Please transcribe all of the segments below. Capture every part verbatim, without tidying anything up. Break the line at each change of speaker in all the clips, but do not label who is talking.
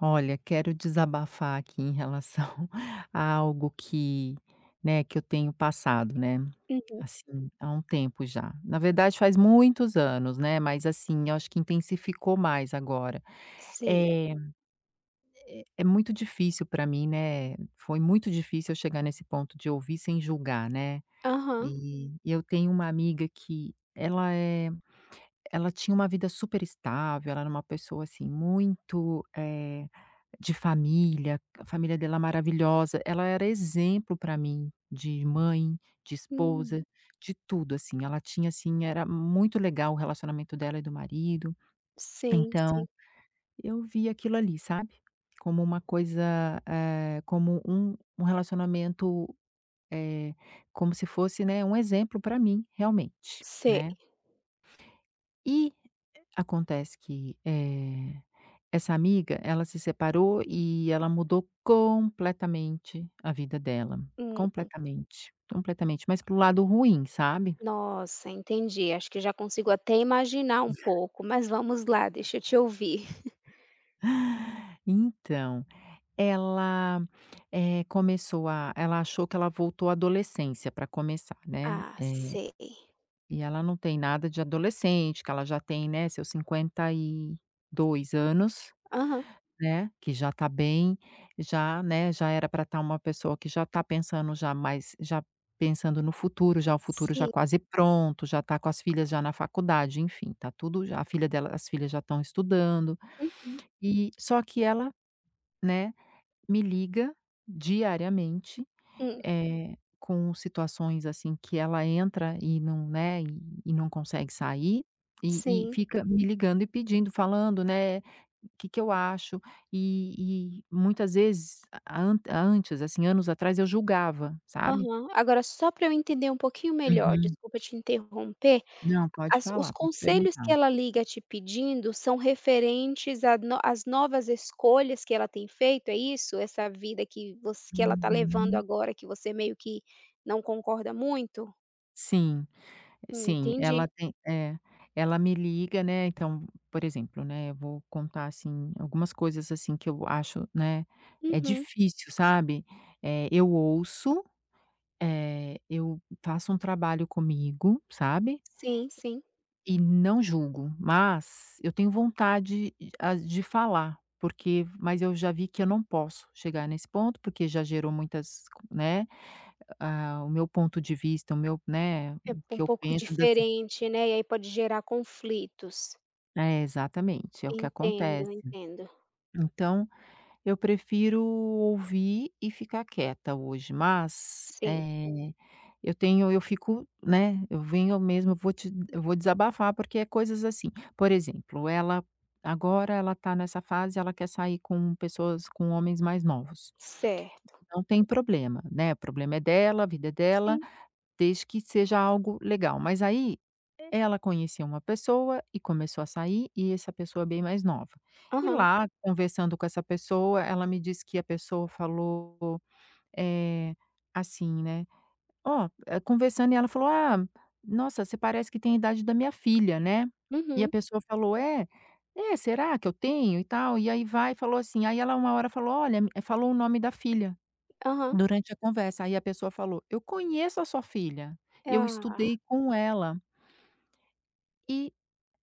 Olha, quero desabafar aqui em relação a algo que, né, que eu tenho passado, né,
Uhum.
assim, há um tempo já. Na verdade faz muitos anos, né, mas assim, eu acho que intensificou mais agora.
Sim.
Eh, é é muito difícil para mim, né, foi muito difícil eu chegar nesse ponto de ouvir sem julgar, né.
Aham.
E e eu tenho uma amiga que ela é ela tinha uma vida super estável. Ela era uma pessoa, assim, muito, eh de família, a família dela maravilhosa, ela era exemplo para mim de mãe, de
Hum.
esposa, de tudo. Assim, ela tinha, assim, era muito legal o relacionamento dela e do marido,
Sim,
então
sim.
eu vi aquilo ali, sabe, como uma coisa, eh, como um um relacionamento, eh, como se fosse, né, um exemplo para mim, realmente,
Sei.
né. E acontece que, eh, essa amiga, ela se separou e ela mudou completamente a vida dela,
Hum.
completamente, completamente, mas pro lado ruim, sabe.
Nossa, entendi. Acho que já consigo até imaginar um pouco, mas vamos lá, deixa eu te ouvir.
Então, ela, eh, começou a ela achou que ela voltou à adolescência para começar, né.
Ah,
eh
sei.
E ela não tem nada de adolescente, que ela já tem, né, seus cinquenta e dois anos,
Aham.
né, que já tá bem. Já, né, já era para estar uma pessoa que já tá pensando, já mais, já pensando no futuro, já o futuro já
Sim.
quase pronto, já tá com as filhas já na faculdade, enfim, tá tudo já, a filha dela, as filhas já estão estudando.
Uhum.
E só que ela, né, me liga diariamente,
Hum.
eh, com situações, assim, que ela entra e não, né, e e não consegue sair, e e
Sim.
fica me ligando e pedindo, falando, né, o "Que que eu acho?" E e muitas vezes a, an antes, assim, anos atrás eu julgava, sabe.
Aham. Agora só para eu entender um pouquinho melhor,
Uhum.
desculpa te interromper.
Não, pode
As os
falar, pode
conselhos que
perguntar.
ela liga te pedindo são referentes a no às novas escolhas que ela tem feito, é isso? Essa vida que você que ela tá levando
Uhum.
agora, que você meio que não concorda muito?
Sim.
Hum,
Sim, ela
entendi.
tem é, ela me liga, né, então, por exemplo, né, eu vou contar, assim, algumas coisas, assim, que eu acho, né, é
Uhum.
difícil, sabe. Eh, eu ouço, eh, eu faço um trabalho comigo, sabe,
Sim, sim.
e não julgo, mas eu tenho vontade de a de falar, porque mas eu já vi que eu não posso chegar nesse ponto, porque já gerou muitas, né, ah, o meu ponto de vista, o meu, né, o
É um
que eu
pouco
penso das.
diferente, né, e aí pode gerar conflitos.
É, exatamente, é o que
Entendo,
acontece.
entendo.
Então, eu prefiro ouvir e ficar quieta hoje, mas,
Sim,
eh, eu tenho, eu fico, né, eu venho mesmo, eu vou te eu vou desabafar, porque é coisas assim. Por exemplo, ela agora, ela tá nessa fase, ela quer sair com pessoas com homens mais novos.
certo.
Não tem problema, né, o problema é dela, a vida é dela,
Sim.
desde que seja algo legal. Mas aí, ela conheceu uma pessoa e começou a sair, e essa pessoa é bem mais nova. E
Aham.
lá, conversando com essa pessoa, ela me disse que a pessoa falou, eh, assim, né: "Ó", eh, conversando, e ela falou: "Ah, nossa, você parece que tem a idade da minha filha, né". E a
Uhum.
pessoa falou: "É? É, será que eu tenho?", e tal. E aí vai e falou assim, aí ela uma hora falou: "Olha", eh, falou o nome da filha.
Aham.
Durante a conversa, aí a pessoa falou: "Eu conheço a sua filha, eu
Ah.
estudei com ela". E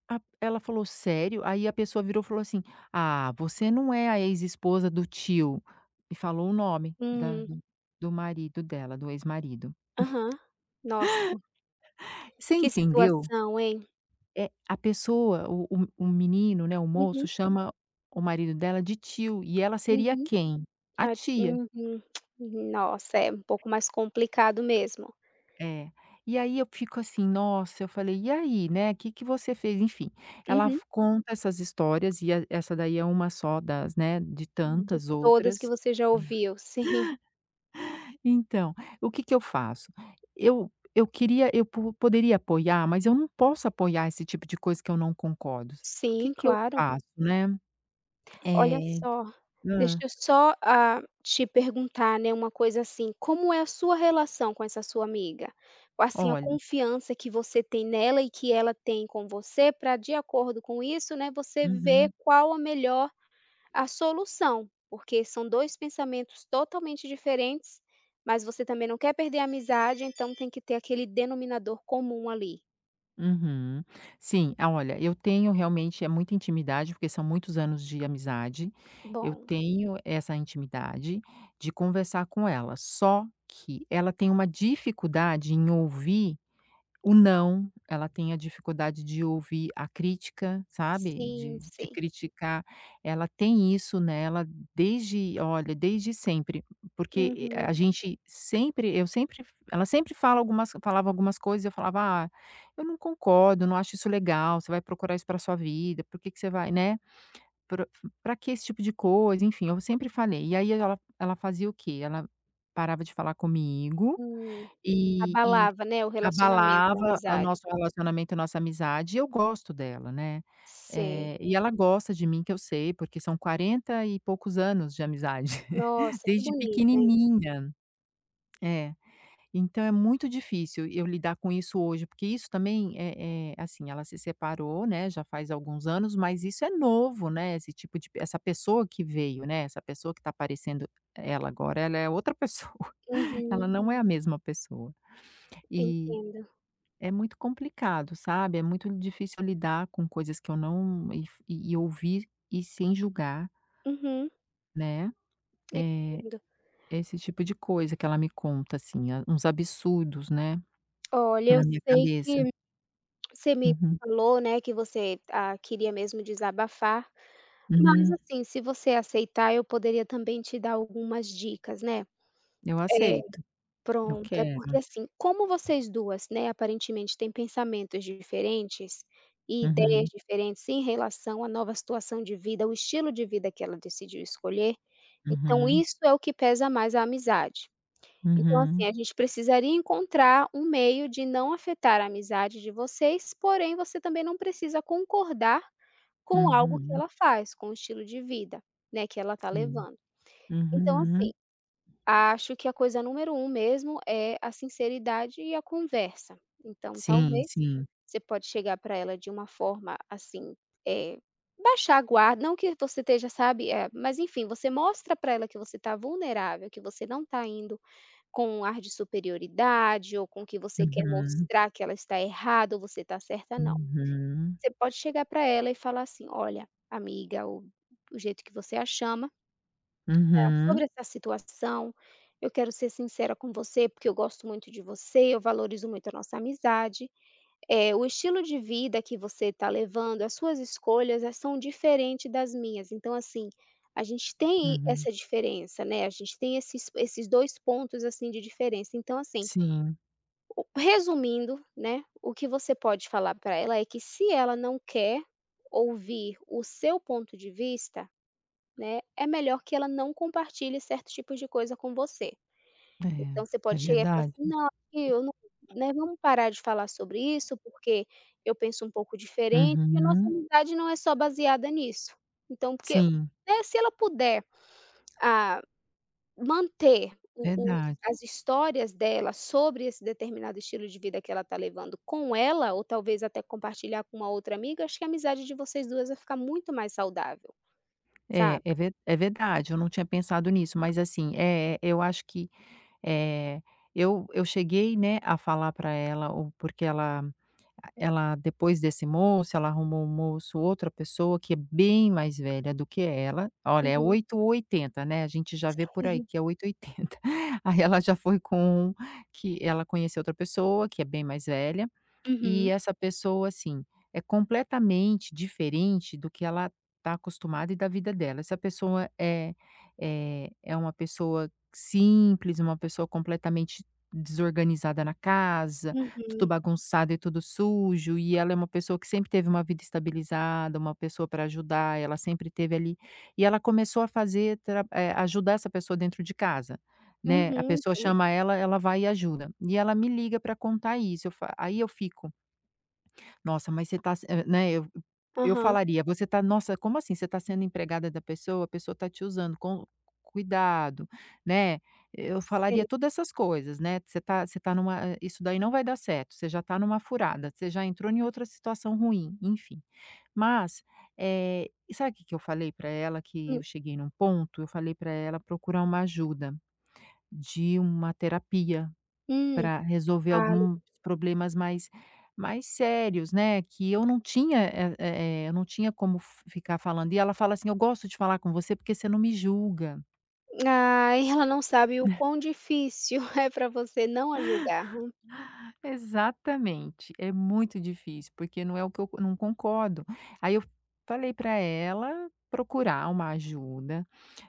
a ela falou: "Sério?". Aí a pessoa virou e falou assim: "Ah, você não é a ex-esposa do tio". E falou o nome da
Hum.
do do marido dela, do ex-marido.
Aham. Nossa,
Você
que
entendeu?
situação, hein?
É, a pessoa, o o o menino, né, o moço
Uhum.
chama o marido dela de tio, e ela seria
Uhum.
quem? A
Ah,
tia.
uhum. Uhum. Nossa, é um pouco mais complicado mesmo.
É. E aí eu fico assim: "Nossa", eu falei: "E aí, né, o que que você fez?" Enfim, ela,
Uhum.
f conta essas histórias, e e essa daí é uma só das, né, de
De
tantas
todas que
outras.
você já ouviu. Sim,
Então, o que que eu faço? Eu eu queria eu po poderia apoiar, mas eu não posso apoiar esse tipo de coisa que eu não concordo. O que
sim,
que eu
claro.
faço, né?
Olha
É.
só, deixa
Hã.
eu só, ah, te perguntar, né, uma coisa assim, como é a sua relação com essa sua amiga? Assim, a
Olha.
confiança que você tem nela e que ela tem com você, para de acordo com isso, né, você ver
Uhum.
qual a melhor a solução, porque são dois pensamentos totalmente diferentes, mas você também não quer perder a amizade, então tem que ter aquele denominador comum ali.
Uhum. Sim, ah, olha, eu tenho realmente é muita intimidade, porque são muitos anos de amizade. Eu
Bom,
tenho essa intimidade de conversar com ela, só que ela tem uma dificuldade em ouvir o não. Ela tem a dificuldade de ouvir a crítica, sabe,
sim,
de de
sim.
criticar. Ela tem isso nela desde, olha, desde sempre, porque, eh, a
Uhum,
gente sempre eu sempre ela sempre, fala algumas falava algumas coisas e eu falava: "Ah, eu não concordo, não acho isso legal, você vai procurar isso para sua vida, por que que você vai, né, para que esse tipo de coisa?", enfim, eu sempre falei. E aí ela ela fazia o quê? Ela parava de falar comigo,
hum.
e
Abalava, né, o relacionamento da
abalava o
amizade.
nosso relacionamento, a nossa amizade, e eu gosto dela, né. Eh,
Sei.
e ela gosta de mim, que eu sei, porque são quarenta e poucos anos de amizade,
Nossa, que
desde
bonito, hein.
pequenininha. É. Então é muito difícil eu lidar com isso hoje, porque isso também é, é assim, ela se separou, né, já faz alguns anos, mas isso é novo, né, esse tipo de essa pessoa que veio, né, essa pessoa que tá aparecendo ela agora. Ela é outra pessoa, ela
Uhum,
não é a mesma pessoa. E
entendo.
é muito complicado, sabe, é muito difícil lidar com coisas que eu não, e f e ouvir, e sem julgar,
Uhum,
né. É
entendo.
esse tipo de coisa que ela me conta, assim, a uns absurdos, né,
Olha, eu
na minha
sei
cabeça.
que você me
Uhum,
falou, né, que você, ah, queria mesmo desabafar. Mas
uhum.
assim, se você aceitar, eu poderia também te dar algumas dicas, né.
Eu
É,
aceito, eu
pronto, é porque
quero.
assim, como vocês duas, né, aparentemente têm pensamentos diferentes e ideias
Uhum,
diferentes em relação à nova situação de vida, o estilo de vida que ela decidiu escolher, então
uhum,
isso é o que pesa mais a amizade. Então assim,
uhum,
a gente precisaria encontrar um meio de não afetar a amizade de vocês, porém você também não precisa concordar com algo que
uhum.
ela faz, com o estilo de vida, né, que ela tá
Sim.
levando. Então assim,
Uhum.
acho que a coisa número um mesmo é a sinceridade e a conversa. Então
Sim,
talvez,
sim.
você pode chegar para ela de uma forma assim, eh, baixar a guarda, não que você esteja, sabe, eh, mas enfim, você mostra para ela que você está vulnerável, que você não está indo com um ar de superioridade ou com que você quer
Uhum,
mostrar que ela está errada ou você está certa, não.
uhum,
Você pode chegar para ela e falar assim: "Olha, amiga", ou do jeito que você a chama. Tá.
uhum,
"Sobre essa situação, eu quero ser sincera com você, porque eu gosto muito de você, eu valorizo muito a nossa amizade, eh, o estilo de vida que você está levando, as suas escolhas, eh, são diferentes das minhas, então, assim, a gente tem
uhum.
essa diferença, né, a gente tem esses esses dois pontos, assim, de diferença, então, assim,
Sim,
o resumindo, né, o que você pode falar para ela é que se ela não quer ouvir o seu ponto de vista, né, é melhor que ela não compartilhe certo tipo de coisa com você".
é,
Então você
é
pode chegar e falar
verdade.
assim: "Não, eu não, né, vamos parar de falar sobre isso, porque eu penso um pouco diferente e a nossa
Uhum.
amizade não é só baseada nisso". Então porque,
Sim,
né, se ela puder, ah, manter o os
verdade.
as histórias dela sobre esse determinado estilo de vida que ela está levando com ela, ou talvez até compartilhar com uma outra amiga, acho que a amizade de vocês duas vai ficar muito mais saudável,
É,
sabe.
é ver é verdade, eu não tinha pensado nisso, mas assim, é é, eu acho que, é eu eu cheguei, né, a falar para ela. O porque ela ela, depois desse moço, ela arrumou um moço, outra pessoa que é bem mais velha do que ela. Olha, é
Uhum.
oito ou oitenta, né, a gente já vê por aí
Uhum.
que é oito ou oitenta. Aí ela já foi com um que ela conheceu, outra pessoa que é bem mais velha. E
Uhum.
essa pessoa, assim, é completamente diferente do que ela está acostumada e da vida dela. Essa pessoa é é é uma pessoa simples, uma pessoa completamente desorganizada na casa, tudo
Uhum,
bagunçado e tudo sujo, e ela é uma pessoa que sempre teve uma vida estabilizada, uma pessoa para ajudar, ela sempre teve ali, e ela começou a fazer tra eh, ajudar essa pessoa dentro de casa, né. A
uhum,
pessoa
entendo.
chama ela, ela vai e ajuda. E ela me liga para contar isso, eu fa aí eu fico, nossa, mas você tá se, hã, né, eu eu
Aham.
falaria: "Você tá, nossa, como assim? Você tá sendo empregada da pessoa, a pessoa tá te usando, com cuidado", né. Eu
Sei.
falaria todas essas coisas, né. Você tá você tá numa hã, isso daí não vai dar certo, você já tá numa furada, você já entrou em outra situação ruim, enfim. Mas, eh, e sabe o que que eu falei para ela? Que eu
Hum.
cheguei num ponto, eu falei para ela procurar uma ajuda de uma terapia
Hum,
para resolver
vale.
alguns problemas mais mais sérios, né, que eu não tinha, eh eh, eu não tinha como f ficar falando. E ela fala assim: "Eu gosto de falar com você porque você não me julga".
Ai, ela não sabe o quão difícil é para você não a julgar.
Exatamente, é muito difícil, porque não é o que eu não concordo. Aí eu falei para ela procurar uma ajuda,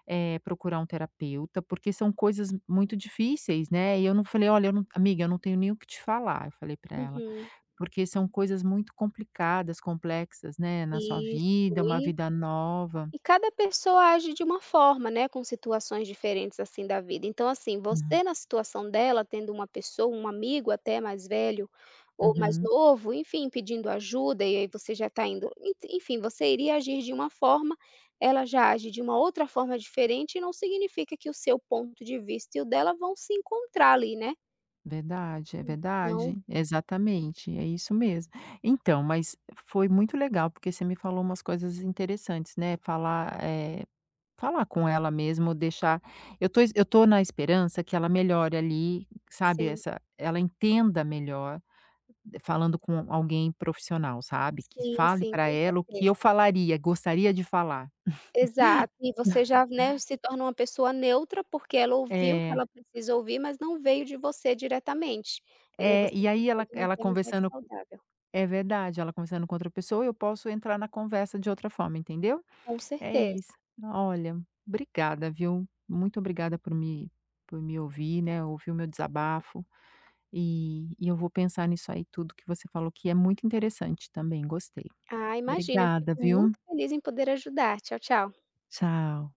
eh, procurar um terapeuta, porque são coisas muito difíceis, né. E eu não falei: "Olha, eu não, amiga, eu não tenho nem o que te falar", eu falei para ela.
Uhum.
Porque são coisas muito complicadas, complexas, né, na sua vida, uma
Isso.
vida nova.
E cada pessoa age de uma forma, né, com situações diferentes, assim, da vida. Então, assim,
Hum,
você na situação dela, tendo uma pessoa, um amigo até mais velho ou mais
uhum.
novo, enfim, pedindo ajuda e aí você já está indo en enfim, você iria agir de uma forma, ela já age de uma outra forma diferente e não significa que o seu ponto de vista e o dela vão se encontrar ali, né.
Verdade, é
Hum. Então
verdade. Exatamente, é isso mesmo. Então, mas foi muito legal, porque você me falou umas coisas interessantes, né, falar, eh, falar com ela mesmo, deixar. Eu tô es- eu tô na esperança que ela melhore ali, sabe,
sim,
essa ela entenda melhor, eh, falando com alguém profissional, sabe, que
sim,
fale
sim,
para
com
ela o que eu
certeza.
falaria, gostaria de falar.
Exato, e você já, né, se torna uma pessoa neutra, porque ela ouviu o que
É,
ela precisa ouvir, mas não veio de você diretamente. E daí
é,
você
e aí ela
consegue
ela
manter a amizade
conversando,
saudável.
é verdade, ela conversando com outra pessoa, eu posso entrar na conversa de outra forma, entendeu?
Com
É
certeza.
isso. Olha, obrigada, viu? Muito obrigada por me, por me ouvir, né, ouvir o meu desabafo, e e eu vou pensar nisso aí tudo que você falou, que é muito interessante também, gostei.
Ah, imagina,
Obrigada,
fico
viu?
muito feliz em poder ajudar. Tchau, tchau.
Tchau.